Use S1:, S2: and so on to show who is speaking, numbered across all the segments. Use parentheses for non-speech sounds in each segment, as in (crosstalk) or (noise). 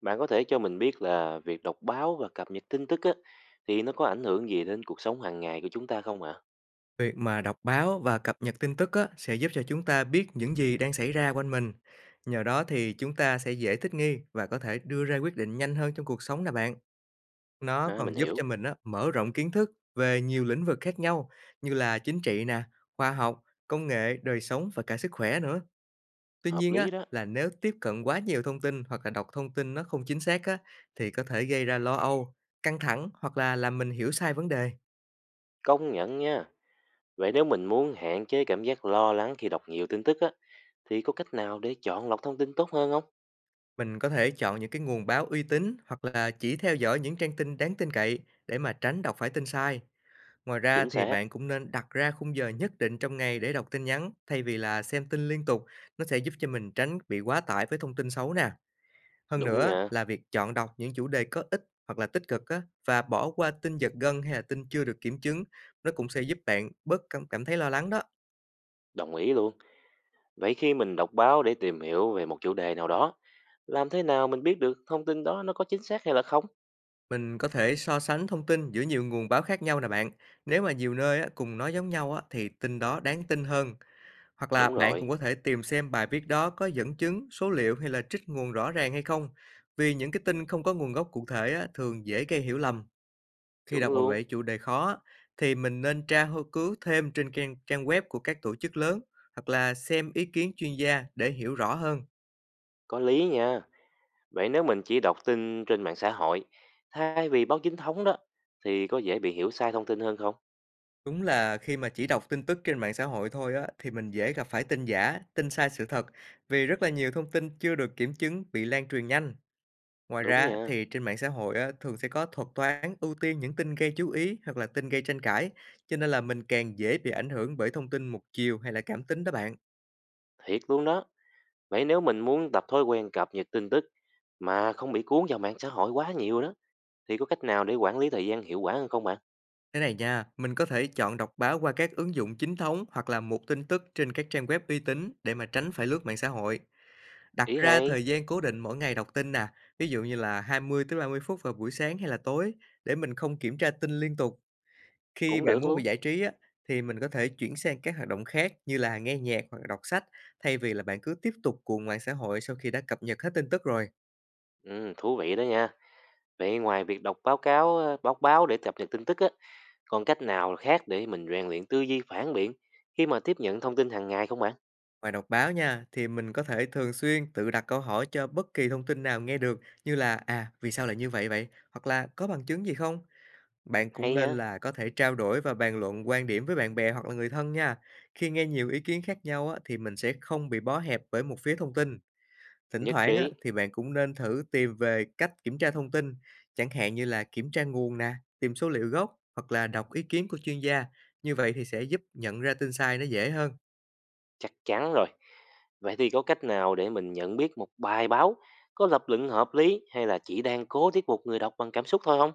S1: Bạn có thể cho mình biết là việc đọc báo và cập nhật tin tức á, thì nó có ảnh hưởng gì đến cuộc sống hàng ngày của chúng ta không ạ?
S2: Việc mà đọc báo và cập nhật tin tức á, sẽ giúp cho chúng ta biết những gì đang xảy ra quanh mình. Nhờ đó thì chúng ta sẽ dễ thích nghi và có thể đưa ra quyết định nhanh hơn trong cuộc sống nè bạn. Nó
S1: À, mình
S2: còn giúp cho
S1: hiểu,
S2: mình á, mở rộng kiến thức về nhiều lĩnh vực khác nhau như là chính trị nè, khoa học, công nghệ, đời sống và cả sức khỏe nữa. Tuy
S1: hợp
S2: nhiên á,
S1: lý đó,
S2: là nếu tiếp cận quá nhiều thông tin hoặc là đọc thông tin nó không chính xác á, thì có thể gây ra lo âu, căng thẳng hoặc là làm mình hiểu sai vấn đề.
S1: công nhận nha. Vậy nếu mình muốn hạn chế cảm giác lo lắng khi đọc nhiều tin tức á, thì có cách nào để chọn lọc thông tin tốt hơn không?
S2: Mình có thể chọn những cái nguồn báo uy tín hoặc là chỉ theo dõi những trang tin đáng tin cậy để mà tránh đọc phải tin sai. Ngoài ra
S1: Chính
S2: thì
S1: xác,
S2: bạn cũng nên đặt ra khung giờ nhất định trong ngày để đọc tin nhắn thay vì là xem tin liên tục. Nó sẽ giúp cho mình tránh bị quá tải với thông tin xấu nè. Hơn
S1: đúng
S2: nữa
S1: nha,
S2: là việc chọn đọc những chủ đề có ích hoặc là tích cực á, và bỏ qua tin giật gân hay là tin chưa được kiểm chứng. Nó cũng sẽ giúp bạn bớt cảm cảm thấy lo lắng đó.
S1: đồng ý luôn. Vậy khi mình đọc báo để tìm hiểu về một chủ đề nào đó, làm thế nào mình biết được thông tin đó nó có chính xác hay là không?
S2: Mình có thể so sánh thông tin giữa nhiều nguồn báo khác nhau nè bạn. Nếu mà nhiều nơi á, cùng nói giống nhau á, thì tin đó đáng tin hơn. Hoặc là
S1: Đúng
S2: bạn
S1: rồi,
S2: cũng có thể tìm xem bài viết đó có dẫn chứng, số liệu hay là trích nguồn rõ ràng hay không. Vì những cái tin không có nguồn gốc cụ thể á, thường dễ gây hiểu lầm. Khi
S1: chuẩn
S2: đọc
S1: luôn,
S2: về chủ đề khó á, thì mình nên tra cứu thêm trên trang trang web của các tổ chức lớn hoặc là xem ý kiến chuyên gia để hiểu rõ hơn.
S1: có lý nha. Vậy nếu mình chỉ đọc tin trên mạng xã hội thay vì báo chính thống đó thì có dễ bị hiểu sai thông tin hơn không?
S2: Đúng là khi mà chỉ đọc tin tức trên mạng xã hội thôi á, thì mình dễ gặp phải tin giả, tin sai sự thật, vì rất là nhiều thông tin chưa được kiểm chứng bị lan truyền nhanh. Ngoài
S1: Đúng
S2: ra
S1: nha,
S2: thì trên mạng xã hội á, thường sẽ có thuật toán ưu tiên những tin gây chú ý hoặc là tin gây tranh cãi, cho nên là mình càng dễ bị ảnh hưởng bởi thông tin một chiều hay là cảm tính đó bạn.
S1: thiệt luôn đó. Vậy nếu mình muốn tập thói quen cập nhật tin tức mà không bị cuốn vào mạng xã hội quá nhiều đó thì có cách nào để quản lý thời gian hiệu quả hơn không bạn?
S2: Thế này nha, mình có thể chọn đọc báo qua các ứng dụng chính thống hoặc là mục tin tức trên các trang web uy tín để mà tránh phải lướt mạng xã hội. Đặt
S1: Ý
S2: ra
S1: hay,
S2: thời gian cố định mỗi ngày đọc tin nè, ví dụ như là 20 tới 30 phút vào buổi sáng hay là tối để mình không kiểm tra tin liên tục. Khi
S1: cũng
S2: bạn
S1: được
S2: muốn bị
S1: luôn.
S2: giải trí á, thì mình có thể chuyển sang các hoạt động khác như là nghe nhạc hoặc là đọc sách thay vì là bạn cứ tiếp tục cuồng mạng xã hội sau khi đã cập nhật hết tin tức rồi.
S1: Ừ, thú vị đó nha. Vậy ngoài việc đọc báo cáo, ờ, báo báo để cập nhật tin tức á, còn cách nào khác để mình rèn luyện tư duy phản biện khi mà tiếp nhận thông tin hàng ngày không bạn?
S2: Ngoài đọc báo nha, thì mình có thể thường xuyên tự đặt câu hỏi cho bất kỳ thông tin nào nghe được, như là à, vì sao lại như vậy vậy? Hoặc là có bằng chứng gì không? Bạn cũng
S1: Hay nha,
S2: nên là có thể trao đổi và bàn luận quan điểm với bạn bè hoặc là người thân nha. Khi nghe nhiều ý kiến khác nhau á, thì mình sẽ không bị bó hẹp bởi một phía thông tin. Thỉnh
S1: nhất
S2: thoảng á,
S1: trí.
S2: thì bạn cũng nên thử tìm về cách kiểm tra thông tin, chẳng hạn như là kiểm tra nguồn nè, tìm số liệu gốc hoặc là đọc ý kiến của chuyên gia. Như vậy thì sẽ giúp nhận ra tin sai nó dễ hơn.
S1: Chắc chắn rồi. Vậy thì có cách nào để mình nhận biết một bài báo có lập luận hợp lý hay là chỉ đang cố thuyết phục người đọc bằng cảm xúc thôi không?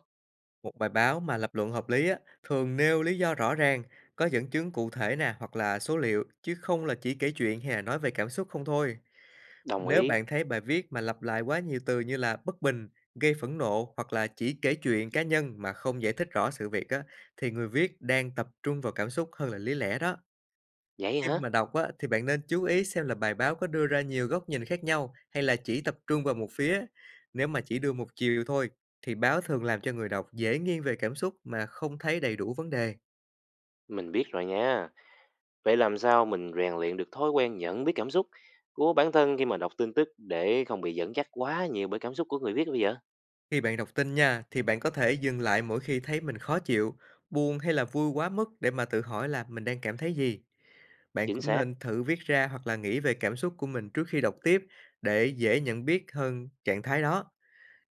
S2: Một bài báo mà lập luận hợp lý á, thường nêu lý do rõ ràng, có dẫn chứng cụ thể nè hoặc là số liệu, chứ không là chỉ kể chuyện hay là nói về cảm xúc không thôi.
S1: Đồng
S2: Nếu
S1: ý.
S2: bạn thấy bài viết mà lặp lại quá nhiều từ như là bất bình, gây phẫn nộ hoặc là chỉ kể chuyện cá nhân mà không giải thích rõ sự việc á, thì người viết đang tập trung vào cảm xúc hơn là lý lẽ đó.
S1: Vậy
S2: Khi
S1: hả?
S2: mà đọc á, thì bạn nên chú ý xem là bài báo có đưa ra nhiều góc nhìn khác nhau hay là chỉ tập trung vào một phía. Nếu mà chỉ đưa một chiều thôi, thì báo thường làm cho người đọc dễ nghiêng về cảm xúc mà không thấy đầy đủ vấn đề.
S1: Mình biết rồi nha. Vậy làm sao mình rèn luyện được thói quen nhận biết cảm xúc của bản thân khi mà đọc tin tức để không bị dẫn dắt quá nhiều bởi cảm xúc của người viết bây giờ?
S2: Khi bạn đọc tin nha, thì bạn có thể dừng lại mỗi khi thấy mình khó chịu, buồn hay là vui quá mức để mà tự hỏi là mình đang cảm thấy gì. Bạn
S1: Chính
S2: cũng
S1: xác,
S2: nên thử viết ra hoặc là nghĩ về cảm xúc của mình trước khi đọc tiếp để dễ nhận biết hơn trạng thái đó.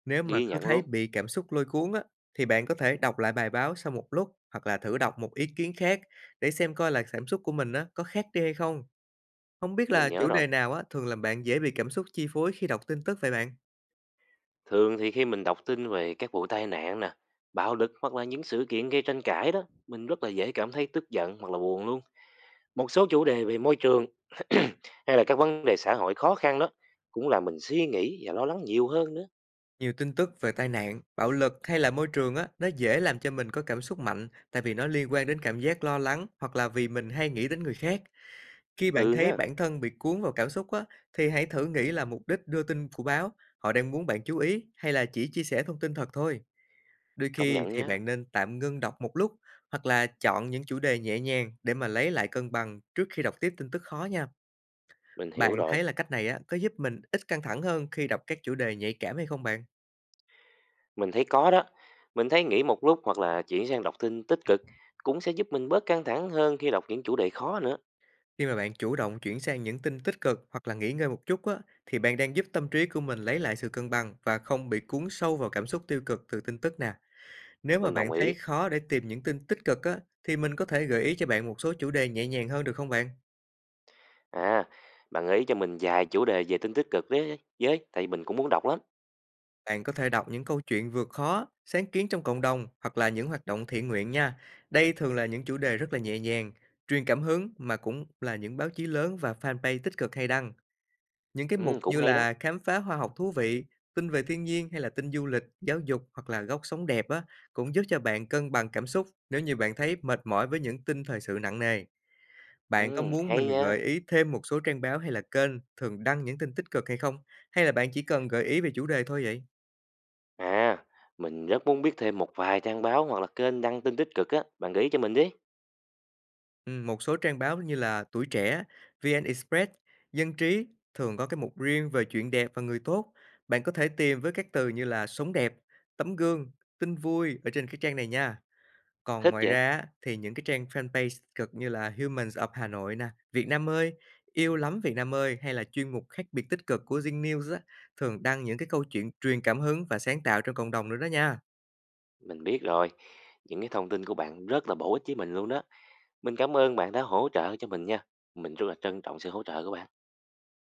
S2: Nếu mà
S1: ghi
S2: cứ
S1: nhận
S2: thấy
S1: luôn.
S2: bị cảm xúc lôi cuốn á, thì bạn có thể đọc lại bài báo sau một lúc hoặc là thử đọc một ý kiến khác để xem coi là cảm xúc của mình á, có khác đi hay không. Không biết
S1: Mình
S2: là
S1: nhớ
S2: chủ
S1: rồi.
S2: đề nào á, thường làm bạn dễ bị cảm xúc chi phối khi đọc tin tức vậy bạn?
S1: Thường thì khi mình đọc tin về các vụ tai nạn nè, bạo lực hoặc là những sự kiện gây tranh cãi đó, mình rất là dễ cảm thấy tức giận hoặc là buồn luôn. Một số chủ đề về môi trường (clears throat) hay là các vấn đề xã hội khó khăn đó cũng làm mình suy nghĩ và lo lắng nhiều hơn nữa.
S2: Nhiều tin tức về tai nạn, bạo lực hay là môi trường á, nó dễ làm cho mình có cảm xúc mạnh, tại vì nó liên quan đến cảm giác lo lắng hoặc là vì mình hay nghĩ đến người khác. Khi bạn
S1: Ừ
S2: thấy
S1: ha,
S2: bản thân bị cuốn vào cảm xúc á, thì hãy thử nghĩ là mục đích đưa tin của báo, họ đang muốn bạn chú ý hay là chỉ chia sẻ thông tin thật thôi. Đôi
S1: công
S2: khi
S1: nhận, Ừ,
S2: thì
S1: nha,
S2: bạn nên tạm ngưng đọc một lúc hoặc là chọn những chủ đề nhẹ nhàng để mà lấy lại cân bằng trước khi đọc tiếp tin tức khó nha.
S1: mình
S2: Bạn
S1: hiểu
S2: thấy
S1: rồi.
S2: là cách này á có giúp mình ít căng thẳng hơn khi đọc các chủ đề nhạy cảm hay không bạn?
S1: Mình thấy có đó. Mình thấy nghĩ một lúc hoặc là chuyển sang đọc tin tích cực cũng sẽ giúp mình bớt căng thẳng hơn khi đọc những chủ đề khó nữa.
S2: Khi mà bạn chủ động chuyển sang những tin tích cực hoặc là nghỉ ngơi một chút á, thì bạn đang giúp tâm trí của mình lấy lại sự cân bằng và không bị cuốn sâu vào cảm xúc tiêu cực từ tin tức nè. Nếu mà
S1: Mình đồng
S2: bạn thấy
S1: ý.
S2: khó để tìm những tin tích cực á, thì mình có thể gợi ý cho bạn một số chủ đề nhẹ nhàng hơn được không bạn?
S1: À, bạn gợi ý cho mình vài chủ đề về tin tích cực đấy với, tại vì mình cũng muốn đọc lắm.
S2: Bạn có thể đọc những câu chuyện vượt khó, sáng kiến trong cộng đồng hoặc là những hoạt động thiện nguyện nha. Đây thường là những chủ đề rất là nhẹ nhàng, truyền cảm hứng mà cũng là những báo chí lớn và fanpage tích cực hay đăng. Những cái
S1: Ừ,
S2: mục
S1: cũng
S2: như
S1: hay đó.
S2: là khám phá hoa học thú vị, tin về thiên nhiên hay là tin du lịch, giáo dục hoặc là góc sống đẹp á, cũng giúp cho bạn cân bằng cảm xúc nếu như bạn thấy mệt mỏi với những tin thời sự nặng nề. Bạn có
S1: Ừ,
S2: muốn mình
S1: hay nha.
S2: gợi ý thêm một số trang báo hay là kênh thường đăng những tin tích cực hay không? Hay là bạn chỉ cần gợi ý về chủ đề thôi vậy?
S1: À, mình rất muốn biết thêm một vài trang báo hoặc là kênh đăng tin tích cực á, bạn gợi ý cho mình đi.
S2: Một số trang báo như là Tuổi Trẻ, VN Express, Dân Trí thường có cái mục riêng về chuyện đẹp và người tốt. Bạn có thể tìm với các từ như là sống đẹp, tấm gương, tin vui ở trên cái trang này nha. Còn
S1: Thích
S2: ngoài
S1: vậy?
S2: ra á, thì những cái trang fanpage cực như là Humans of Hà Nội nè, Việt Nam ơi, Yêu lắm Việt Nam ơi hay là chuyên mục khác biệt tích cực của Zing News á, thường đăng những cái câu chuyện truyền cảm hứng và sáng tạo trong cộng đồng nữa đó nha.
S1: Mình biết rồi. Những cái thông tin của bạn rất là bổ ích với mình luôn đó. Mình cảm ơn bạn đã hỗ trợ cho mình nha. Mình rất là trân trọng sự hỗ trợ của bạn.